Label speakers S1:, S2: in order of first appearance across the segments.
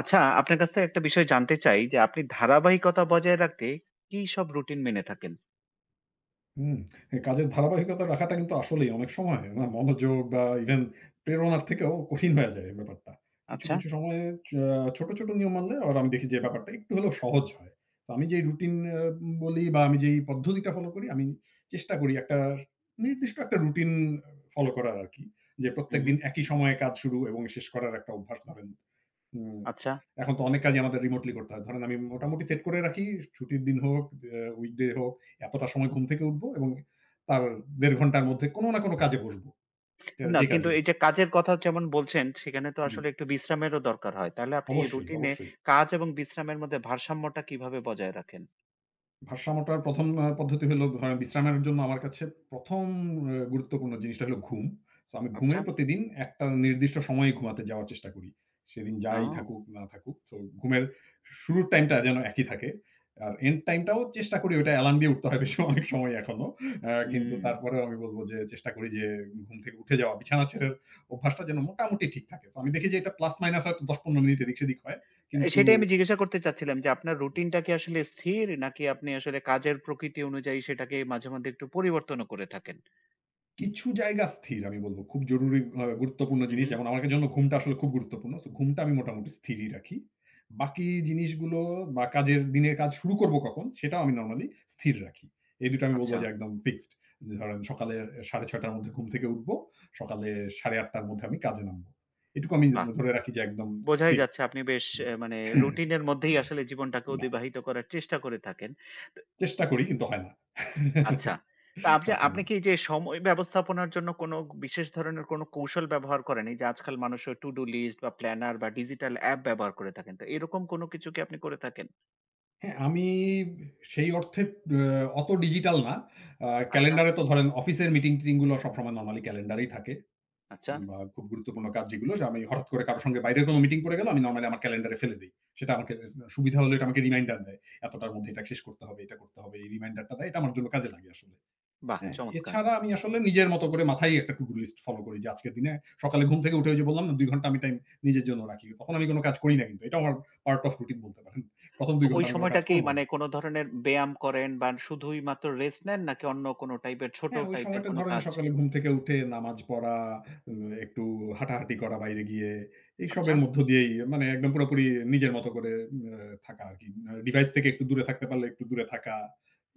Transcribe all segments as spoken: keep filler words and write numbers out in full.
S1: আচ্ছা, আপনার কাছ থেকে একটা বিষয় জানতে চাই যে আপনি ধারাবাহিকতা বজায় রাখতে কি সব রুটিন মেনে থাকেন?
S2: হুম, এ কাজের ধারাবাহিকতা রাখাটা কিন্তু আসলেই অনেক সময় না মনোযোগ বা ইভেন প্রেরণার থেকেও কঠিন হয়ে যায় এই ব্যাপারটা। কিছু,
S1: আচ্ছা।
S2: কিছু সময়ে চা ছোট, ছোট নিয়ম মানলে আবার আমি দেখি যে ব্যাপারটা একটু হলেও সহজ হয়। তো আমি যেই রুটিন আ বলি বা আমি যেই পদ্ধতিটা ফলো করি আমি চেষ্টা করি একটা নির্দিষ্ট একটা রুটিন ফলো করার আরকি। যে
S1: হু, হু।
S2: প্রত্যেকদিন একই সময়ে কাজ শুরু এবং শেষ করার একটা অভ্যাস ধরেন। হুম,
S1: আচ্ছা।
S2: এখন তো অনেক কাজই আমাদের রিমোটলি করতে হয়। ধরেন আমি মোটামুটি সেট করে রাখি ছুটির দিন হোক, অ্যা উইকডে হোক, এতটা সময় ঘুম থেকে উঠবো এবং তার দেড় ঘন্টার মধ্যে কোন না কোন কাজে বসবো। যে
S1: না
S2: যে
S1: কিন্তু
S2: কাজই হোক।
S1: এই যে কাজের কথা যেমন বলছেন সেখানে তো
S2: জি,
S1: আসলে একটু বিশ্রামেরও দরকার হয়। তাহলে আপনি এই
S2: অবশ্যই,
S1: রুটিনে
S2: অবশ্যই।
S1: কাজ এবং বিশ্রামের মধ্যে ভারসাম্যটা কিভাবে বজায় রাখেন?
S2: ভারসাম্যটার ১ম আ পদ্ধতি হলো ধরেন বিশ্রামের জন্য আমার কাছে ১ম আ গুরুত্বপূর্ণ জিনিসটা হলো ঘুম। সো আমি ঘুমে
S1: আচ্ছা।
S2: প্রতিদিন একটা নির্দিষ্ট সময়ে ঘুমাতে যাওয়ার চেষ্টা করি। সেদিন যাই
S1: ও!
S2: থাকুক না থাকুক। সো ঘুমের শুরুর টাইমটা যেন একই থাকে। আর এন্ড টাইমটাও চেষ্টা করি ওইটা অ্যালার্ম দিয়ে উঠতে হয় বেশ অনেক সময় এখনো। আ কিন্তু
S1: হুম।
S2: তারপরেও আমি বলব যে চেষ্টা করি যে ঘুম থেকে উঠে যাওয়া, বিছানা ছেড়ের অভ্যাসটা যেন মোটামুটি ঠিক থাকে। তো আমি দেখি যে এটা প্লাস মাইনাস হয়তো দশ থেকে পনেরো মিনিট এদিক সেদিক হয়। কিন্তু
S1: সেটাই আমি জিজ্ঞাসা করতে চাচ্ছিলাম যে আপনার রুটিনটা কি আসলে স্থির নাকি আপনি আসলে কাজের প্রকৃতি অনুযায়ী সেটাকে মাঝে মধ্যে একটু পরিবর্তনও করে থাকেন?
S2: কিছু জায়গা স্থির আমি বলব। খুব জরুরি আ গুরুত্বপূর্ণ
S1: হু,
S2: জিনিস
S1: হু।
S2: যেমন আমার জন্য ঘুমটা আসলে খুব গুরুত্বপূর্ণ। সো ঘুমটা আমি মোটামুটি স্থিরই রাখি। বাকি জিনিসগুলো বা কাজের দিনে কাজ শুরু করব কখন সেটাও আমি নরমালি স্থির রাখি। এই দুই টা আমি বলব
S1: আচ্ছা,
S2: যে একদম ফিক্সড। ধরেন সকালে সাড়ে ছয় টার মধ্যে ঘুম থেকে উঠব। সকালে সাড়ে আট টার মধ্যে আমি কাজে নামব। এটুকু আমি
S1: বাহ!
S2: ধরে রাখি যে একদম
S1: বোঝাই
S2: ফিক্সড।
S1: যাচ্ছে আপনি বেশ
S2: জি।
S1: অ্যা মানে রুটিনের মধ্যেই আসলে জীবনটাকে
S2: না,
S1: অতিবাহিত করার চেষ্টা করে থাকেন। তো
S2: চেষ্টা করি কিন্তু হয় না।
S1: আচ্ছা। তা আপনি আপনি
S2: সবসময়।
S1: কি যে সময় ব্যবস্থাপনার জন্য কোনো বিশেষ ধরনের কোনো কৌশল ব্যবহার করেন? এই যে আজকাল মানুষ টু ডু লিস্ট বা প্ল্যানার বা ডিজিটাল অ্যাপ ব্যবহার করে থাকেন। তো এরকম কোনো কিছু কি আপনি করে থাকেন?
S2: হ্যাঁ, আমি সেই অর্থে আ অত ডিজিটাল না। আ
S1: আচ্ছা,
S2: ক্যালেন্ডারে তো ধরেন অফিসের মিটিং-টিটিং গুলো সবসময় নরমালি ক্যালেন্ডারেই থাকে।
S1: আচ্ছা।
S2: বা খুব গুরুত্বপূর্ণ কাজ যেগুলো যে আমি হঠাৎ করে কারো সঙ্গে বাইরের কোনো মিটিং পড়ে গেল আমি নরমালি আমার ক্যালেন্ডারে ফেলে দেই। সেটা আমাকে সুবিধা হলে এটা আমাকে রিমাইন্ডার দেয়। এতটার মধ্যে এটা শেষ করতে হবে, এটা করতে হবে। এই রিমাইন্ডারটা দেয়। এটা আমার জন্য কাজে লাগে আসলে।
S1: বাহ!
S2: হ্যাঁ,
S1: চমৎকার।
S2: এছাড়া আমি আসলে নিজের মতো করে মাথায় একটা to do list ফলো করি যে আজকের দিনে সকালে ঘুম থেকে উঠে ওই যে বললাম না দুই ঘন্টা আমি টাইম নিজের জন্য রাখি। তখন আমি কোন কাজ করি না কিন্তু। এটা আমার পার্ট অফ রুটিন বলতে পারেন। প্রথম
S1: তো
S2: দুই
S1: ওই
S2: ঘন্টা আমি কোন
S1: সময়টা
S2: কাজ
S1: কি
S2: করব
S1: মানে
S2: না।
S1: কোনো ধরনের ব্যায়াম করেন বা শুধুই মাত্র রেস্ট নেন নাকি অন্য কোনো টাইপের ছোট
S2: হ্যাঁ, ওই
S1: টাইপের
S2: সময়টা
S1: কোনো
S2: ধরেন
S1: কাজ?
S2: সকালে ঘুম থেকে উঠে নামাজ পড়া, উম একটু হাঁটাহাঁটি করা বাইরে গিয়ে,
S1: আচ্ছা,
S2: এইসবের মধ্য দিয়েই মানে একদম পুরোপুরি নিজের মতো করে আ থাকা আরকি। আ ডিভাইস থেকে একটু দূরে থাকতে পারলে একটু দূরে থাকা।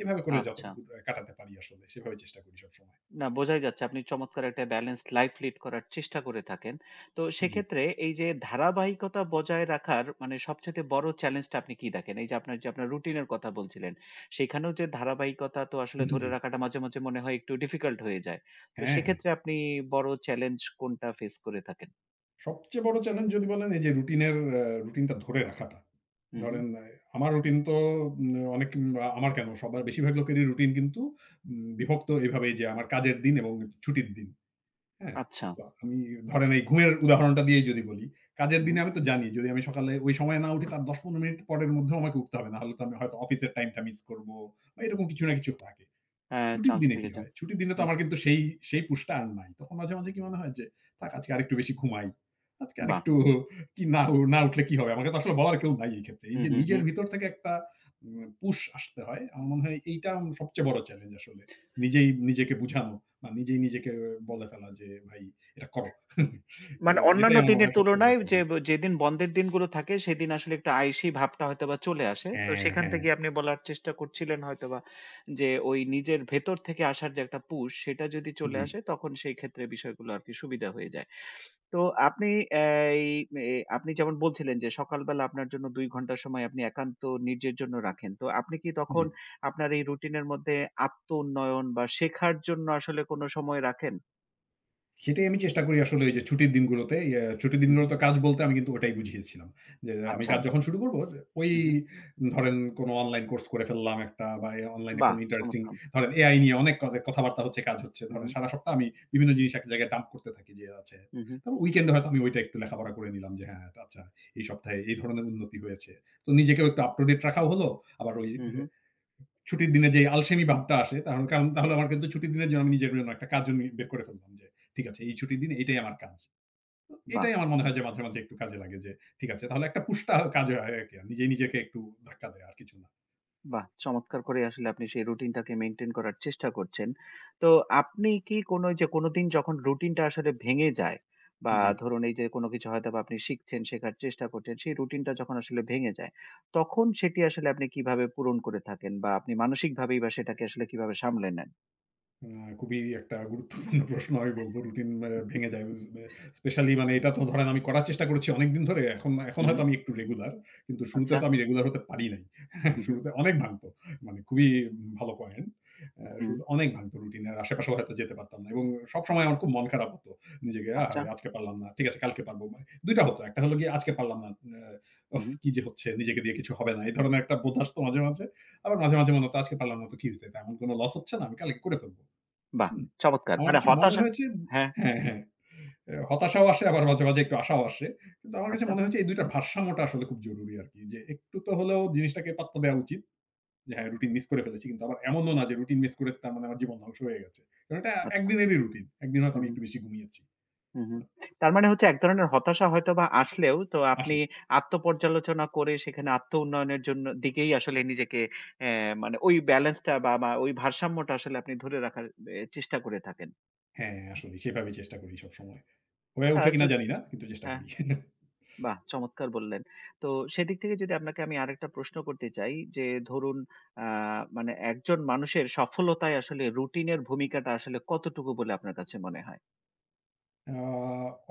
S2: এভাবে করে
S1: আচ্ছা।
S2: যতটুকু আ কাটাতে পারি আসলে সেভাবে চেষ্টা করি সবসময়।
S1: না, বোঝাই যাচ্ছে আপনি চমৎকার একটা ব্যালেন্সড লাইফ লিড করার চেষ্টা করে থাকেন। তো
S2: জি,
S1: সেক্ষেত্রে এই যে ধারাবাহিকতা বজায় রাখার মানে সবচাইতে বড় চ্যালেঞ্জটা আপনি কি দেখেন? এই যে আপনার যে আপনার রুটিনের কথা বলছিলেন, সেখানেও যে ধারাবাহিকতা তো আসলে ধরে
S2: জি।
S1: রাখাটা মাঝে, মাঝে মনে হয় একটু ডিফিকাল্ট হয়ে যায়। তো
S2: হ্যাঁ, হ্যাঁ।
S1: সেক্ষেত্রে আপনি বড় চ্যালেঞ্জ কোনটা ফেস করে থাকেন?
S2: সবচেয়ে বড় চ্যালেঞ্জ যদি বলেন এই যে রুটিনের আ রুটিনটা ধরে রাখাটা।
S1: হু, হু।
S2: ধরেন আ আমার রুটিন তো উম অনেক আ আমার কেন সবার বেশিরভাগ লোকেরই রুটিন কিন্তু উম বিভক্ত এভাবেই যে আমার কাজের দিন এবং ছুটির দিন। হ্যাঁ?
S1: আচ্ছা।
S2: তো আমি ধরেন এই ঘুমের উদাহরণটা দিয়েই যদি বলি, কাজের
S1: হু, হু।
S2: দিনে আমি তো জানি যদি আমি সকালে ওই সময়ে না উঠি তার দশ থেকে পনেরো মিনিট পরের মধ্যেও আমাকে উঠতে হবে। নাহলে তো আমি হয়তো অফিসের টাইমটা মিস করব বা এরকম কিছু না কিছু থাকে।
S1: হ্যাঁ,
S2: ছুটির
S1: চান্স
S2: দিনে কি
S1: থেকে যান।
S2: হয়? ছুটির দিনে তো
S1: হুম,
S2: আমার কিন্তু সেই, সেই পুশটা আর নাই। তখন মাঝে, মাঝে কি মনে হয় যে, "থাক আজকে আরেকটু বেশি ঘুমাই। আজকে
S1: বাহ!
S2: আরেকটু কি না উ না উঠলে কি হবে?" আমাকে তো আসলে বলার কেউ নাই এই ক্ষেত্রে। এই
S1: হু,
S2: যে
S1: হু, হু।
S2: নিজের ভিতর থেকে একটা উম পুশ আসতে হয়। আমার মনে হয় এইটা সবচেয়ে বড় চ্যালেঞ্জ আসলে। নিজেই নিজেকে বুঝানো বা নিজেই নিজেকে বলে ফেলা যে, "ভাই এটা করো।" এ
S1: মানে
S2: এটাই
S1: অন্যান্য
S2: আমার মনে
S1: দিনের
S2: হয় সবচেয়ে বড়
S1: তুলনায় যে
S2: চ্যালেঞ্জ।
S1: যেদিন বন্ধের দিনগুলো থাকে সেদিন আসলে একটু আইসি ভাবটা হয়তোবা চলে আসে। তো
S2: হ্যাঁ,
S1: সেখান
S2: হ্যাঁ।
S1: থেকে আপনি বলার চেষ্টা করছিলেন হয়তোবা যে ওই নিজের ভেতর থেকে আসার যে একটা পুশ সেটা যদি চলে
S2: জি,
S1: আসে তখন সেই ক্ষেত্রে বিষয়গুলো আরকি সুবিধা হয়ে যায়। তো আপনি আহ, এই এ আপনি যেমন বলছিলেন যে সকালবেলা আপনার জন্য দুই ঘন্টা সময় আপনি একান্ত নিজের জন্য রাখেন। তো আপনি কি
S2: জি।
S1: তখন আপনার এই রুটিনের মধ্যে আত্ম-উন্নয়ন বা শেখার জন্য আসলে কোনো সময় রাখেন?
S2: সেটাই আমি চেষ্টা করি আসলে ওই যে ছুটির দিনগুলোতে ইয়া ছুটির
S1: হু, হু।
S2: দিনগুলোতে কাজ বলতে আমি কিন্তু ওটাই বুঝিয়েছিলাম। যে আমি
S1: আচ্ছা।
S2: কাজ যখন শুরু করব ওই
S1: হু, হু।
S2: ধরেন কোনো অনলাইন কোর্স করে ফেললাম একটা বা এ অনলাইনে
S1: বাহ!
S2: কোনো ইন্টারেস্টিং
S1: চমৎকার।
S2: ধরেন এ আই নিয়ে অনেক ক কথাবার্তা হচ্ছে, কাজ হচ্ছে।
S1: হু,
S2: ধরেন
S1: হু,
S2: সারা সপ্তাহ আমি বিভিন্ন জিনিস এক জায়গায় ডাম্প করতে থাকি যে আছে।
S1: হু, হু,
S2: তারপর উইকেন্ড এ হয়তো আমি ওইটা একটু লেখাপড়া করে নিলাম যে হ্যাঁ, আচ্ছা এই সপ্তাহে এই ধরনের উন্নতি হয়েছে। তো নিজেকেও একটু আপ টু ডেট রাখাও হলো। আবার ওই
S1: হু, হু।
S2: ছুটির দিনে যে আলসেমি ভাবটা আসে তাহলে কারণ তাহলে আমার কিন্তু ছুটির দিনের জন্য আমি নিজের জন্য একটা কাজও নি বের করে ফেললাম যে, ঠিক আছে এই ছুটির দিন এটাই আমার কাজ। তো
S1: বাহ!
S2: এটাই আমার মনে হয় যে মাঝে, মাঝে একটু কাজে লাগে যে ঠিক আছে তাহলে একটা পুশটা কাজ হয় আরকি। নিজেই নিজেকে একটু ধাক্কা দেয়া আর কিছু না।
S1: বাহ! চমৎকার করে আসলে আপনি সেই রুটিনটাকে মেইনটেইন করার চেষ্টা করছেন। তো আপনি কি কোনো ওই যে কোনোদিন যখন রুটিনটা আসলে ভেঙে যায় বা
S2: জি।
S1: ধরুন এই যে কোনো কিছু হয়তোবা আপনি শিখছেন, শেখার চেষ্টা করছেন, সেই রুটিনটা যখন আসলে ভেঙে যায়, তখন সেটি আসলে আপনি কিভাবে পূরণ করে থাকেন বা আপনি মানসিকভাবেই বা সেটাকে আসলে কিভাবে সামলে নেন?
S2: না, খুবই একটা গুরুত্বপূর্ণ প্রশ্ন আমি বলব। রুটিন আ ভেঙে যায়। স্পেশালি মানে এটা তো ধরেন আমি করার চেষ্টা করেছি অনেকদিন ধরে। এখন এখন
S1: হু, হু,
S2: হয়তো আমি একটু রেগুলার। কিন্তু শুরুতে
S1: আচ্ছা।
S2: তো আমি রেগুলার হতে পারি নাই।
S1: হু, হু,
S2: শুরুতে অনেক ভাঙত। মানে খুবই ভালো পয়েন্ট। আ
S1: হু,
S2: শুরুতে অনেক ভাঙত রুটিন এর আশেপাশেও হয়তো যেতে পারতাম না। এবং সবসময় আমার খুব মন খারাপ হতো। নিজেকে
S1: আচ্ছা।
S2: আহারে আজকে পারলাম না। ঠিক আছে কালকে পারব। দুই টা হতো। একটা হলো গিয়ে আজকে পারলাম না। আ
S1: হু,
S2: উফ!
S1: হু।
S2: কি যে হচ্ছে নিজেকে দিয়ে কিছু হবে না। এই ধরনের একটা বোধ আসতো মাঝে, মাঝে। আবার মাঝে, মাঝে মনে হতো আজকে পারলাম না তো কি হইছে? তেমন কোন লস হচ্ছে না। আমি কালকে করে ফেলব।
S1: বাহ!
S2: হুম।
S1: চমৎকার।
S2: আমার
S1: মানে
S2: কাছে মনে
S1: হতাশা
S2: হয়েছে
S1: হ্যাঁ,
S2: হ্যাঁ, হ্যাঁ। এ হতাশাও আসে আবার মাঝে, মাঝে একটু আশাও আসে। কিন্তু আমার কাছে
S1: আচ্ছা,
S2: মনে হয়েছে এই দুই টার ভারসাম্যটা আসলে খুব জরুরি আরকি। যে একটু তো হলেও জিনিসটাকে পাত্তা দেওয়া উচিত। যে হ্যাঁ, রুটিন মিস করে ফেলেছি। কিন্তু আবার এমনও না যে রুটিন মিস করেছি তার মানে আমার জীবন ধ্বংস হয়ে গেছে। কারণ এটা
S1: আচ্ছা।
S2: একদিনেরই রুটিন। একদিন হয়তো
S1: হু,
S2: আমি
S1: হু।
S2: একটু বেশি ঘুমিয়েছি।
S1: হুম,
S2: আ
S1: হুম। তার মানে হচ্ছে এক ধরনের হতাশা হয়তোবা আসলেও তো আপনি
S2: আসে।
S1: আত্মপর্যালোচনা করে সেখানে আত্ম-উন্নয়নের জন্য দিকেই আসলে নিজেকে অ্যা মানে ওই ব্যালেন্সটা বা, বা ওই ভারসাম্যটা আসলে আপনি ধরে রাখার এ চেষ্টা করে থাকেন।
S2: হ্যাঁ, আসলেই সেভাবেই চেষ্টা করি সবসময়। হয়ে
S1: আচ্ছা
S2: ওঠে কিনা
S1: যদ
S2: জানি না। কিন্তু চেষ্টা
S1: হ্যাঁ,
S2: করি।
S1: বাহ! চমৎকার বললেন। তো সেদিক থেকে যদি আপনাকে আমি আরেকটা প্রশ্ন করতে চাই যে ধরুন আ মানে একজন মানুষের সফলতায় আসলে রুটিনের ভূমিকাটা আসলে কতটুকু বলে আপনার কাছে মনে হয়?
S2: আ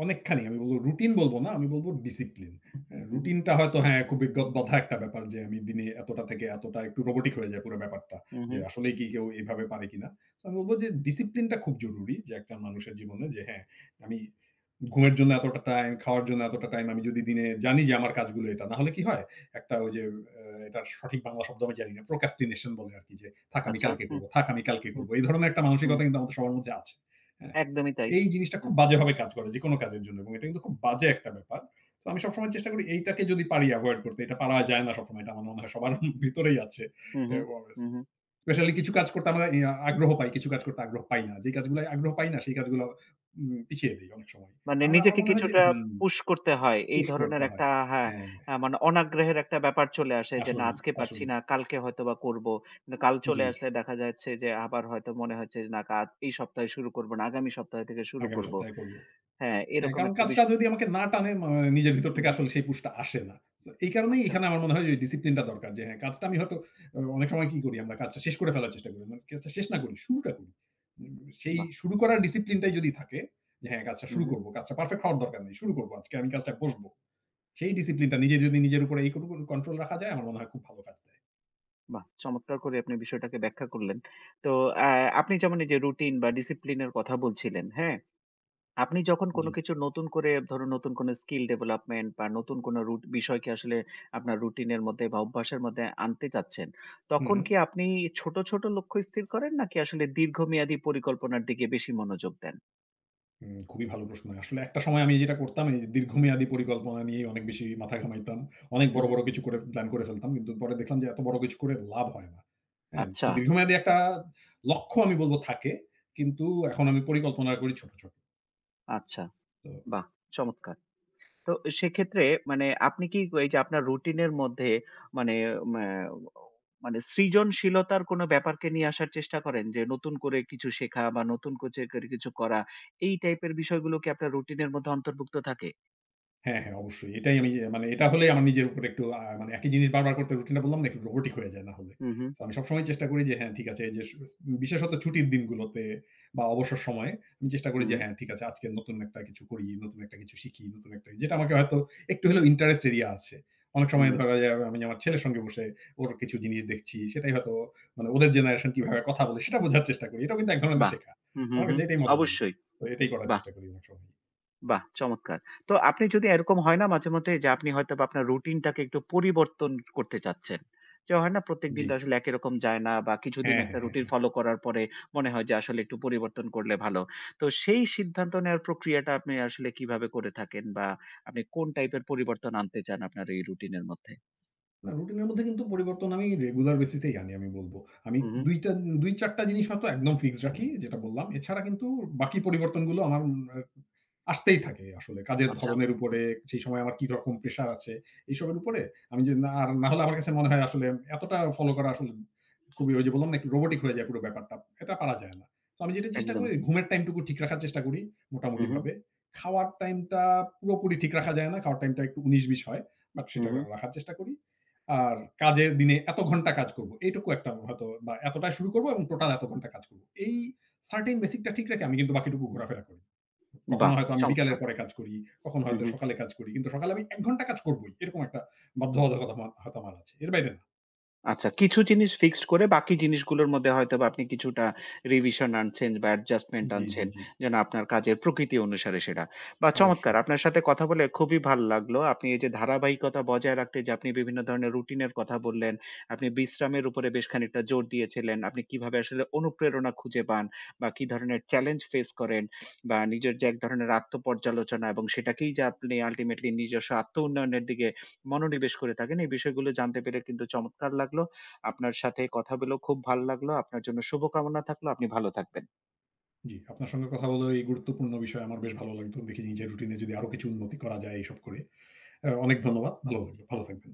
S2: অনেকখানি আমি বলব রুটিন বলব
S1: হুম,
S2: না, আমি বলব ডিসিপ্লিন। হ্যাঁ,
S1: হুম,
S2: রুটিনটা হয়তো হ্যাঁ, খুব বিজ্ঞত বাঁধা একটা ব্যাপার যে আমি দিনে এতটা থেকে এতটা একটু রোবটিক হয়ে যায় পুরো ব্যাপারটা।
S1: হুম,
S2: যে
S1: হুম।
S2: আসলেই কি কেউ এভাবে পারে কিনা? তো আমি বলব যে ডিসিপ্লিনটা খুব জরুরি যে একটা মানুষের জীবনে যে হ্যাঁ, আমি ঘুমের জন্য এতটা টাইম, খাওয়ার জন্য এতটা টাইম আমি যদি দিনে জানি যে আমার কাজগুলো এটা। নাহলে কি হয়? একটা ওই যে আ এটার সঠিক বাংলা শব্দ আমি জানি না। Procrastination বলে আরকি যে, "থাক আমি
S1: আচ্ছা।
S2: কালকে
S1: হুম,
S2: করব, থাক আমি কালকে
S1: হুম,
S2: করব।" এই ধরনের একটা
S1: হুম।
S2: মানসিকতা কিন্তু আমাদের সবার মধ্যে আছে। হ্যাঁ?
S1: একদমই তাই।
S2: এই জিনিসটা খুব
S1: হুম।
S2: বাজেভাবে কাজ করে যেকোনো কাজের জন্য এবং এটা কিন্তু খুব বাজে একটা ব্যাপার। তো আমি সবসময় চেষ্টা করি এইটাকে যদি পারি এভয়েড করতে, এটা পারা যায় না সবসময়। এটা আমার মনে হয় সবার ভিতরেই আছে।
S1: হুম, হুম,
S2: এবং
S1: হুম, হুম।
S2: স্পেশালি কিছু কাজ করতে আমরা ইয়া আগ্রহ পাই, কিছু কাজ করতে আগ্রহ পাই না। যে কাজগুলায় আগ্রহ পাই না সেই কাজগুলো উম পিছিয়ে দেই অনেক সময়।
S1: মানে
S2: তাহলে আমার
S1: নিজেকে
S2: মনে হয় যে
S1: কিছুটা
S2: হুম,
S1: পুশ করতে হয়। এই
S2: পুশ
S1: ধরনের
S2: করতে হয়।
S1: একটা হ্যাঁ,
S2: হ্যাঁ,
S1: হ্যাঁ, মানে অনাগ্রহের একটা ব্যাপার চলে আসে যে, "না
S2: আসলেই,
S1: আজকে পারছি
S2: আসলেই।
S1: না, কালকে হয়তোবা করব।" কিন্তু কাল
S2: জি,
S1: চলে আসলে দেখা যাচ্ছে যে আবার হয়তো মনে হচ্ছে যে, "না কাজ এই সপ্তাহে শুরু করব না, আগামী সপ্তাহ থেকে শুরু
S2: আগামী
S1: করব।"
S2: সপ্তাহে করব।
S1: হ্যাঁ,
S2: হ্যাঁ,
S1: এরকম
S2: কারণ
S1: একটা
S2: কাজটা
S1: বিষয়
S2: যদি আমাকে না টানে মা নিজের ভিতর
S1: হুম,
S2: থেকে
S1: হুম।
S2: আসলে সেই পুশটা আসে না। সো এই কারণেই
S1: আচ্ছা,
S2: এখানে আমার মনে হয় যে ডিসিপ্লিন টা দরকার। যে হ্যাঁ, কাজটা আমি হয়তো অ অনেক সময় কি করি আমরা কাজটা শেষ করে ফেলার চেষ্টা করি। মানে কাজটা শেষ না করি, শুরুটা করি। উম সেই
S1: বাহ!
S2: শুরু করার ডিসিপ্লিন টাই যদি থাকে যে হ্যাঁ, কাজটা
S1: হুম,
S2: শুরু
S1: হুম।
S2: করব। কাজটা পারফেক্ট হওয়ার দরকার নেই। শুরু করব। আজকে আমি কাজটায় বসব। সেই ডিসিপ্লিন টা নিজে যদি নিজের উপরে এইটুকু কন্ট্রোল রাখা যায় আমার মনে হয় খুব ভালো কাজ দেয়।
S1: বাহ! চমৎকার করে আপনি বিষয়টাকে ব্যাখ্যা করলেন। তো অ্যা আপনি যেমন এই যে রুটিন বা ডিসিপ্লিন এর কথা বলছিলেন, হ্যাঁ? আপনি যখন
S2: জি।
S1: কোনো কিছু নতুন করে ধরুন নতুন কোনো স্কিল ডেভেলপমেন্ট বা নতুন কোনো রুট বিষয়কে আসলে আপনার রুটিনের মধ্যে বা অভ্যাসের মধ্যে আনতে চাচ্ছেন,
S2: হু,
S1: তখন
S2: হু।
S1: কি আপনি ছোট, ছোট লক্ষ্য স্থির করেন নাকি আসলে দীর্ঘমেয়াদী পরিকল্পনার দিকে বেশি মনোযোগ দেন?
S2: হুম, খুবই ভালো প্রশ্ন। আসলে একটা সময় আমি যেটা করতাম এই দীর্ঘমেয়াদী পরিকল্পনা নিয়ে অনেক বেশি মাথা ঘামাইতাম। অনেক
S1: হু,
S2: বড়,
S1: হু।
S2: বড় কিছু করে প্ল্যান করে ফেলতাম। কিন্তু পরে দেখলাম যে এত বড় কিছু করে লাভ হয় না। হ্যাঁ? তো
S1: আচ্ছা,
S2: দীর্ঘমেয়াদী একটা লক্ষ্য আমি বলব থাকে। কিন্তু এখন আমি পরিকল্পনা করি ছোট, ছোট।
S1: আচ্ছা।
S2: তো
S1: বাহ! চমৎকার। তো সেক্ষেত্রে মানে আপনি কি এই যে আপনার রুটিনের মধ্যে মানে মা মানে সৃজনশীলতার কোনো ব্যাপারকে নিয়ে আসার চেষ্টা করেন? যে নতুন করে কিছু শেখা বা নতুন কোচে করে কিছু করা, এই টাইপের বিষয়গুলো কি আপনার রুটিনের মধ্যে অন্তর্ভুক্ত থাকে?
S2: হ্যাঁ, হ্যাঁ, অবশ্যই। এটাই আমি যে মানে এটা হলেই আমার নিজের উপরে একটু আ মানে একই জিনিস বারবার করতে রুটিনটা বললাম না একটু রোবটিক হয়ে যায় না হলে।
S1: হু, হু,
S2: সো আমি সবসময় চেষ্টা করি যে হ্যাঁ, ঠিক আছে এই যে সু স বিশেষত ছুটির দিনগুলোতে বা অবসর সময়ে আমি চেষ্টা করি
S1: হু,
S2: যে হ্যাঁ, ঠিক আছে আজকে নতুন একটা কিছু করি, নতুন একটা কিছু শিখি, নতুন একটা যেটা আমাকে হয়তো একটু হলেও ইন্টারেস্ট এরিয়া আছে। অনেক
S1: হু,
S2: সময় ধরা যায় আমি আমার ছেলের সঙ্গে বসে ওর কিছু জিনিস দেখছি। সেটাই হয়তো মানে ওদের জেনারেশন কিভাবে কথা বলে সেটা বোঝার চেষ্টা করি। এটাও কিন্তু এক ধরনের
S1: বাহ!
S2: শেখা।
S1: হু, হু,
S2: আমার
S1: হু,
S2: কাছে এটাই মজা লাগে।
S1: অবশ্যই,
S2: তো এটাই করার
S1: বাহ!
S2: চেষ্টা করি অনেক সময়।
S1: বাহ! চমৎকার। তো আপনি যদি এরকম হয় না মাঝেমধ্যে যে আপনি হয়তোবা আপনার রুটিনটাকে একটু পরিবর্তন করতে চাচ্ছেন। যে হয় না
S2: জি।
S1: প্রত্যেকদিন তো আসলে একই রকম যায় না বা কিছুদিন
S2: হ্যাঁ,
S1: একটা
S2: হ্যাঁ,
S1: রুটিন
S2: হ্যাঁ।
S1: ফলো করার পরে মনে হয় যে আসলে একটু পরিবর্তন করলে ভালো। তো সেই সিদ্ধান্ত নেওয়ার প্রক্রিয়াটা আপনি আসলে কিভাবে করে থাকেন বা আপনি কোন টাইপের পরিবর্তন আনতে চান আপনার এই রুটিনের মধ্যে?
S2: না, রুটিনের মধ্যে কিন্তু পরিবর্তন আমি রেগুলার বেসিসেই আনি আমি বলব। আমি
S1: হু, হু।
S2: ২ টা দুই থেকে চার টা জিনিস হয়তো একদম ফিক্সড রাখি যেটা বললাম। এছাড়া কিন্তু বাকি পরিবর্তনগুলো আমার আ আসতেই থাকে আসলে। কাজের
S1: আচ্ছা,
S2: ধরনের উপরে, সেই সময় আমার কি রকম প্রেশার আছে, এইসবের উপরে আমি যদি না আর না হলে আমার কাছে মনে হয় আসলে এতটা ফলো করা আসলে খুবই ওই যে বললাম না একটু রোবটিক হয়ে যায় পুরো ব্যাপারটা। এটা পারা যায় না। তো আমি যেটা চেষ্টা করি
S1: একদমই।
S2: ঘুমের টাইমটুকু ঠিক রাখার চেষ্টা করি
S1: হু, হু,
S2: মোটামুটিভাবে। খাওয়ার টাইমটা পুরোপুরি ঠিক রাখা যায় না। খাওয়ার টাইমটা একটু ঊনিশ কুড়ি হয়। বাট
S1: হু,
S2: সেটা
S1: হু।
S2: রাখার চেষ্টা করি। আর কাজের দিনে এত ঘন্টা কাজ করব। এইটুকু একটা হয়তো বা এতটায় শুরু করব এবং টোটাল এত ঘন্টা কাজ করব। এই সার্টেইন বেসিক টা ঠিক রেখে আমি কিন্তু বাকিটুকু ঘোরাফেরা করি। কখনো
S1: বাহ!
S2: হয়তো আমি বিকালের
S1: চমৎকার।
S2: পরে কাজ করি, কখনো
S1: হু,
S2: হয়তো
S1: হু।
S2: সকালে কাজ করি। কিন্তু সকালে আমি এক ঘন্টা কাজ করবই। এরকম একটা বাধ্যবাধকতা আমার হয়তো আমার আছে। এর বাইরে না।
S1: আচ্ছা, কিছু জিনিস ফিক্সড করে বাকি জিনিসগুলোর মধ্যে হয়তোবা আপনি কিছুটা রিভিশন আনছেন বা অ্যাডজাস্টমেন্ট
S2: জি, জি,
S1: আনছেন।
S2: জি।
S1: যেন আপনার কাজের প্রকৃতি অনুসারে সেটা। বাহ! চমৎকার!
S2: অবশ্যই।
S1: আপনার সাথে কথা বলে খুবই ভাল লাগলো। আপনি এই যে ধারাবাহিকতা বজায় রাখতে যে আপনি বিভিন্ন ধরনের রুটিনের কথা বললেন, আপনি বিশ্রামের উপরে বেশ খানিকটা জোর দিয়েছিলেন। আপনি কিভাবে আসলে অনুপ্রেরণা খুঁজে পান বা কি ধরনের চ্যালেঞ্জ ফেস করেন বা নিজের যে এক ধরনের আত্মপর্যালোচনা এবং সেটাকেই যে আপনি আল্টিমেটলি নিজস্ব আত্ম উন্নয়নের দিকে মনোনিবেশ করে থাকেন। এই বিষয়গুলো জানতে পেরে কিন্তু চমৎকার লাগলো। আপনার সাথে কথা বলেও খুব ভালো লাগলো। আপনার জন্য শুভকামনা থাকলো। আপনি ভালো থাকবেন।
S2: জি, আপনার সঙ্গে কথা বলে এই গুরুত্বপূর্ণ বিষয়ে আমার বেশ ভালো লাগলো। দেখি নিজের রুটিন এ যদি আরো কিছু উন্নতি করা যায় এইসব করে। অ্যা অনেক ধন্যবাদ। ভালো লাগলো। ভালো থাকবেন।